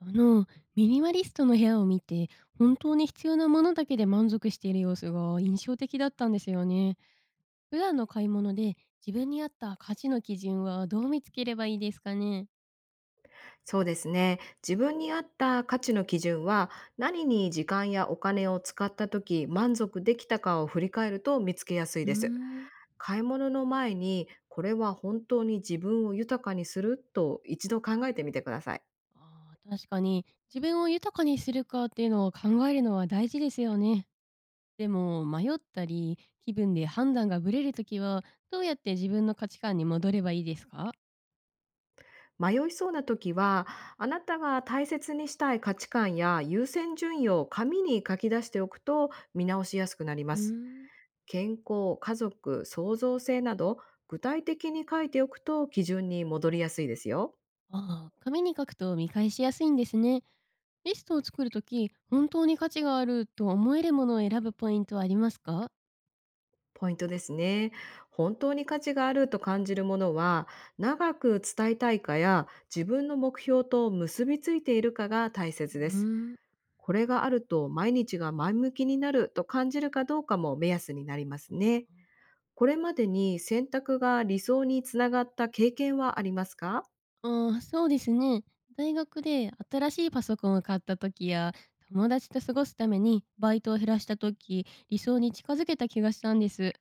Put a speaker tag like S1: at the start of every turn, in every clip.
S1: あの、ミニマリストの部屋を見て、本当に必要なものだけで満足している様子が印象的だったんですよね。普段の買い物で自分に合った価値の基準はどう見つければいいですかね。
S2: そうですね。自分に合った価値の基準は、何に時間やお金を使った時満足できたかを振り返ると見つけやすい
S1: うー
S2: です。
S1: ん。
S2: 買い物の前に、これは本当に自分を豊かにすると一度考えてみてください。
S1: あー確かに、自分を豊かにするかっていうのを考えるのは大事ですよね。でも、迷ったり、気分で判断がぶれるときは、どうやって自分の価値観に戻ればいいですか？
S2: 迷いそうな時は、あなたが大切にしたい価値観や優先順位を紙に書き出しておくと見直しやすくなりま
S1: うー
S2: す。
S1: ん。
S2: 健康、家族、創造性など、具体的に書いておくと基準に戻りやすいですよ。
S1: ああ、ー、紙に書くと見返しやすいんですね。リストを作るとき、本当に価値があると思えるものを選ぶポイントはありますか？
S2: ポイントですね。本当に価値があると感じるものは、長く伝えたいかや自分の目標と結びついているかが大
S1: う
S2: 切です。
S1: ーん。
S2: これがあると毎日が前向きになると感じるかどうかも目安になりますね。これまでに選択が理想につながった経験はありますか？
S1: ああ、そうですね。大学で新しいパソコンを買ったときや、友達と過ごすためにバイトを減らしたとき、理想に近づけた気がしたんです。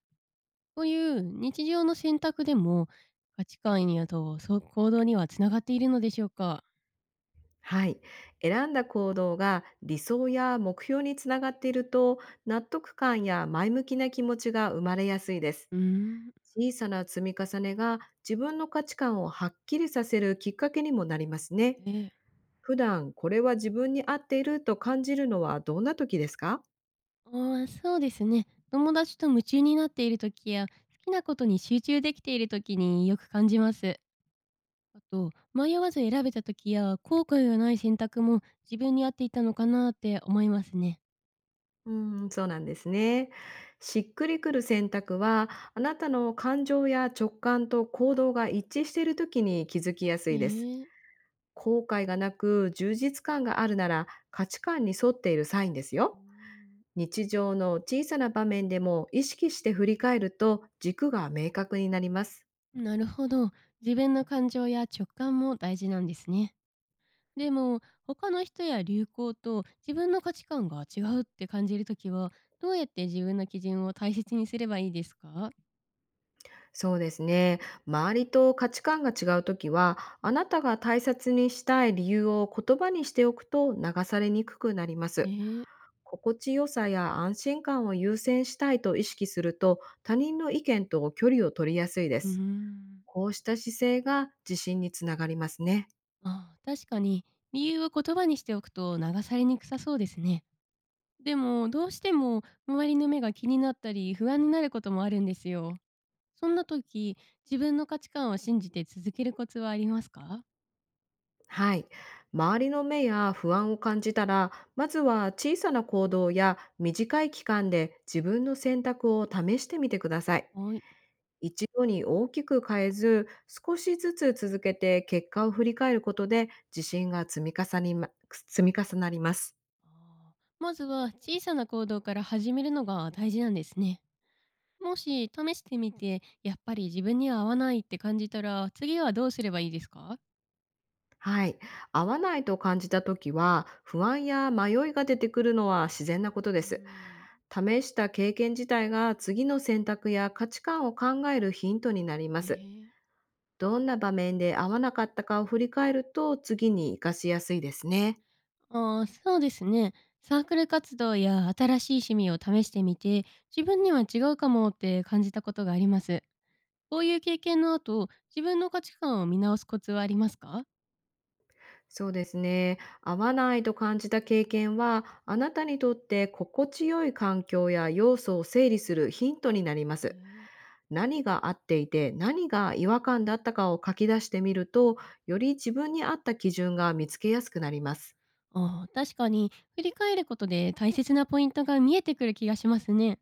S1: こういう日常の選択でも、価値観やとそう行動にはつながっているのでしょうか？
S2: はい。選んだ行動が理想や目標につながっていると、納得感や前向きな気持ちが生まれやすいです。
S1: うーん。
S2: 小さな積み重ねが自分の価値観をはっきりさせるきっかけにもなりますね。
S1: ええ。
S2: 普段これは自分に合っていると感じるのはどんな時ですか？
S1: ああ、そうですね。友達と夢中になっている時や、好きなことに集中できている時によく感じます。あと、迷わず選べた時や、後悔がない選択も自分に合っていたのかなって思いますね。
S2: うーん、そうなんですね。しっくりくる選択は、あなたの感情や直感と行動が一致している時に気づきやすいです。
S1: ええ。
S2: 後悔がなく充実感があるなら価値観に沿っているサインですよ。
S1: う
S2: 日常の小さな場面でも意識して振り返ると軸が明確になります。
S1: ん、なるほど。自分の感情や直感も大事なんですね。でも、他の人や流行と自分の価値観が違うって感じる時は、どうやって自分の基準を大切にすればいいですか？
S2: そうですね。周りと価値観が違うときは、あなたが大切にしたい理由を言葉にしておくと流されにくくなります。
S1: ええ。
S2: 心地よさや安心感を優先したいと意識すると、他人の意見と距離を取りやすいで
S1: う
S2: す。
S1: ん。
S2: こうした姿勢が自信につながりますね。
S1: ああ、確かに、理由を言葉にしておくと流されにくさそうですね。でもどうしても周りの目が気になったり不安になることもあるんですよ。そんな時、自分の価値観を信じて続けるコツはありますか？
S2: はい。周りの目や不安を感じたら、まずは小さな行動や短い期間で自分の選択を試してみてください。
S1: はい。
S2: 一度に大きく変えず、少しずつ続けて結果を振り返ることで、自信が積み重なります。
S1: ああ、まずは小さな行動から始めるのが大事なんですね。もし試してみてやっぱり自分には合わないって感じたら次はどうすればいいですか？
S2: はい。合わないと感じた時は、不安や迷いが出てくるのは自然なこと
S1: う
S2: です。
S1: ん。
S2: 試した経験自体が次の選択や価値観を考えるヒントになります。
S1: ええ。
S2: どんな場面で合わなかったかを振り返ると次に活かしやすいですね。
S1: ああ、そうですね。サークル活動や新しい趣味を試してみて、自分には違うかもって感じたことがあります。こういう経験の後、自分の価値観を見直すコツはありますか？
S2: そうですね。合わないと感じた経験は、あなたにとって心地よい環境や要素を整理するヒントになります。
S1: ね。
S2: 何が合っていて、何が違和感だったかを書き出してみると、より自分に合った基準が見つけやすくなります。
S1: ああ、確かに、振り返ることで大切なポイントが見えてくる気がしますね。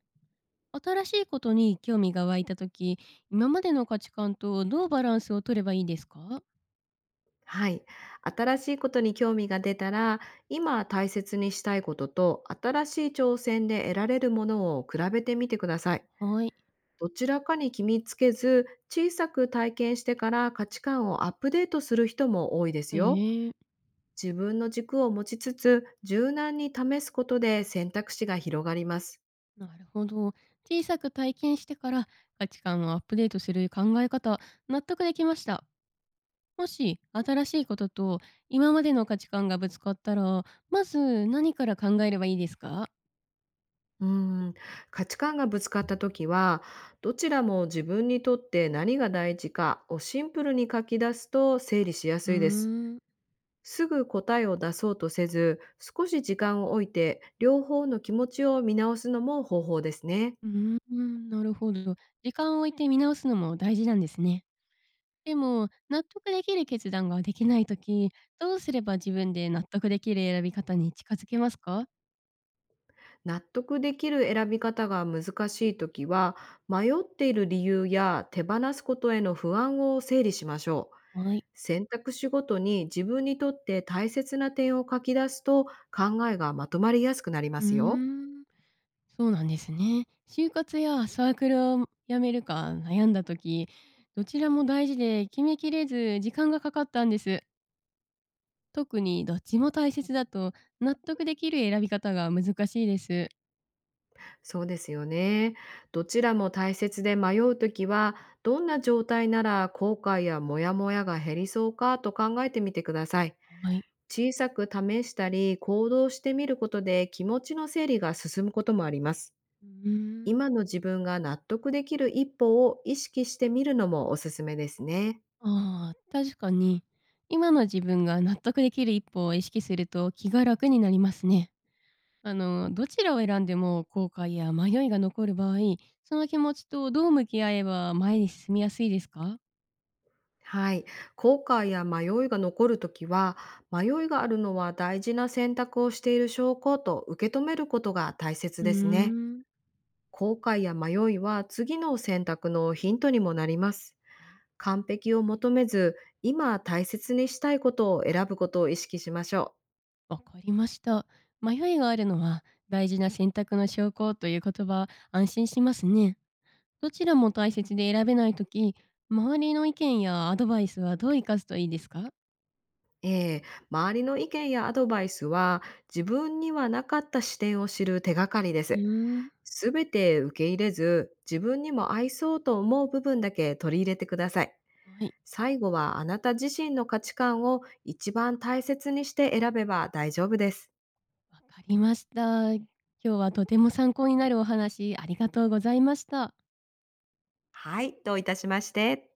S1: 新しいことに興味が湧いた時、今までの価値観とどうバランスを取ればいいですか？
S2: はい。新しいことに興味が出たら、今大切にしたいことと、新しい挑戦で得られるものを比べてみてください。
S1: はい。
S2: どちらかに決めつけず、小さく体験してから価値観をアップデートする人も多いですよ。
S1: ええ。
S2: 自分の軸を持ちつつ、柔軟に試すことで選択肢が広がります。
S1: なるほど。小さく体験してから価値観をアップデートする考え方、納得できました。もし新しいことと今までの価値観がぶつかったら、まず何から考えればいいですか？
S2: うーん、価値観がぶつかった時は、どちらも自分にとって何が大事かをシンプルに書き出すと整理しや
S1: う
S2: す
S1: ー
S2: いです。
S1: ん、
S2: すぐ答えを出そうとせず、少し時間を置いて、両方の気持ちを見直すのも方法ですね。
S1: うーん、なるほど。時間を置いて見直すのも大事なんですね。でも、納得できる決断ができないとき、どうすれば自分で納得できる選び方に近づけますか？
S2: 納得できる選び方が難しいときは、迷っている理由や手放すことへの不安を整理しましょう。
S1: はい。
S2: 選択肢ごとに自分にとって大切な点を書き出すと考えがまとまりやすくなりま
S1: うー
S2: すよ。
S1: ん。そうなんですね。就活やサークルを辞めるか悩んだ時、どちらも大事で決めきれず時間がかかったんです。特にどっちも大切だと納得できる選び方が難しいです。
S2: そうですよね。どちらも大切で迷うときは、どんな状態なら後悔やモヤモヤが減りそうかと考えてみてください。
S1: はい。
S2: 小さく試したり行動してみることで気持ちの整理が進むこともあります。
S1: うーん。
S2: 今の自分が納得できる一歩を意識してみるのもおすすめですね。
S1: ああ、確かに。今の自分が納得できる一歩を意識すると気が楽になりますね。どちらを選んでも後悔や迷いが残る場合、その気持ちとどう向き合えば前に進みやすいですか？
S2: はい。後悔や迷いが残るときは、迷いがあるのは大事な選択をしている証拠と受け止めることが大切
S1: うー
S2: ですね。
S1: ん。
S2: 後悔や迷いは次の選択のヒントにもなります。完璧を求めず、今大切にしたいことを選ぶことを意識しましょう。
S1: あ、わかりました。迷いがあるのは大事な選択の証拠という言葉、安心しますね。どちらも大切で選べないとき、周りの意見やアドバイスはどう生かすといいですか？
S2: ええ、周りの意見やアドバイスは自分にはなかった視点を知る手がかりで
S1: うー
S2: す。
S1: ん。
S2: すべて受け入れず、自分にも合いそうと思う部分だけ取り入れてください。
S1: はい、
S2: 最後はあなた自身の価値観を一番大切にして選べば大丈夫です。
S1: わかりました。今日はとても参考になるお話ありがとうございました。
S2: はい、どういたしまして。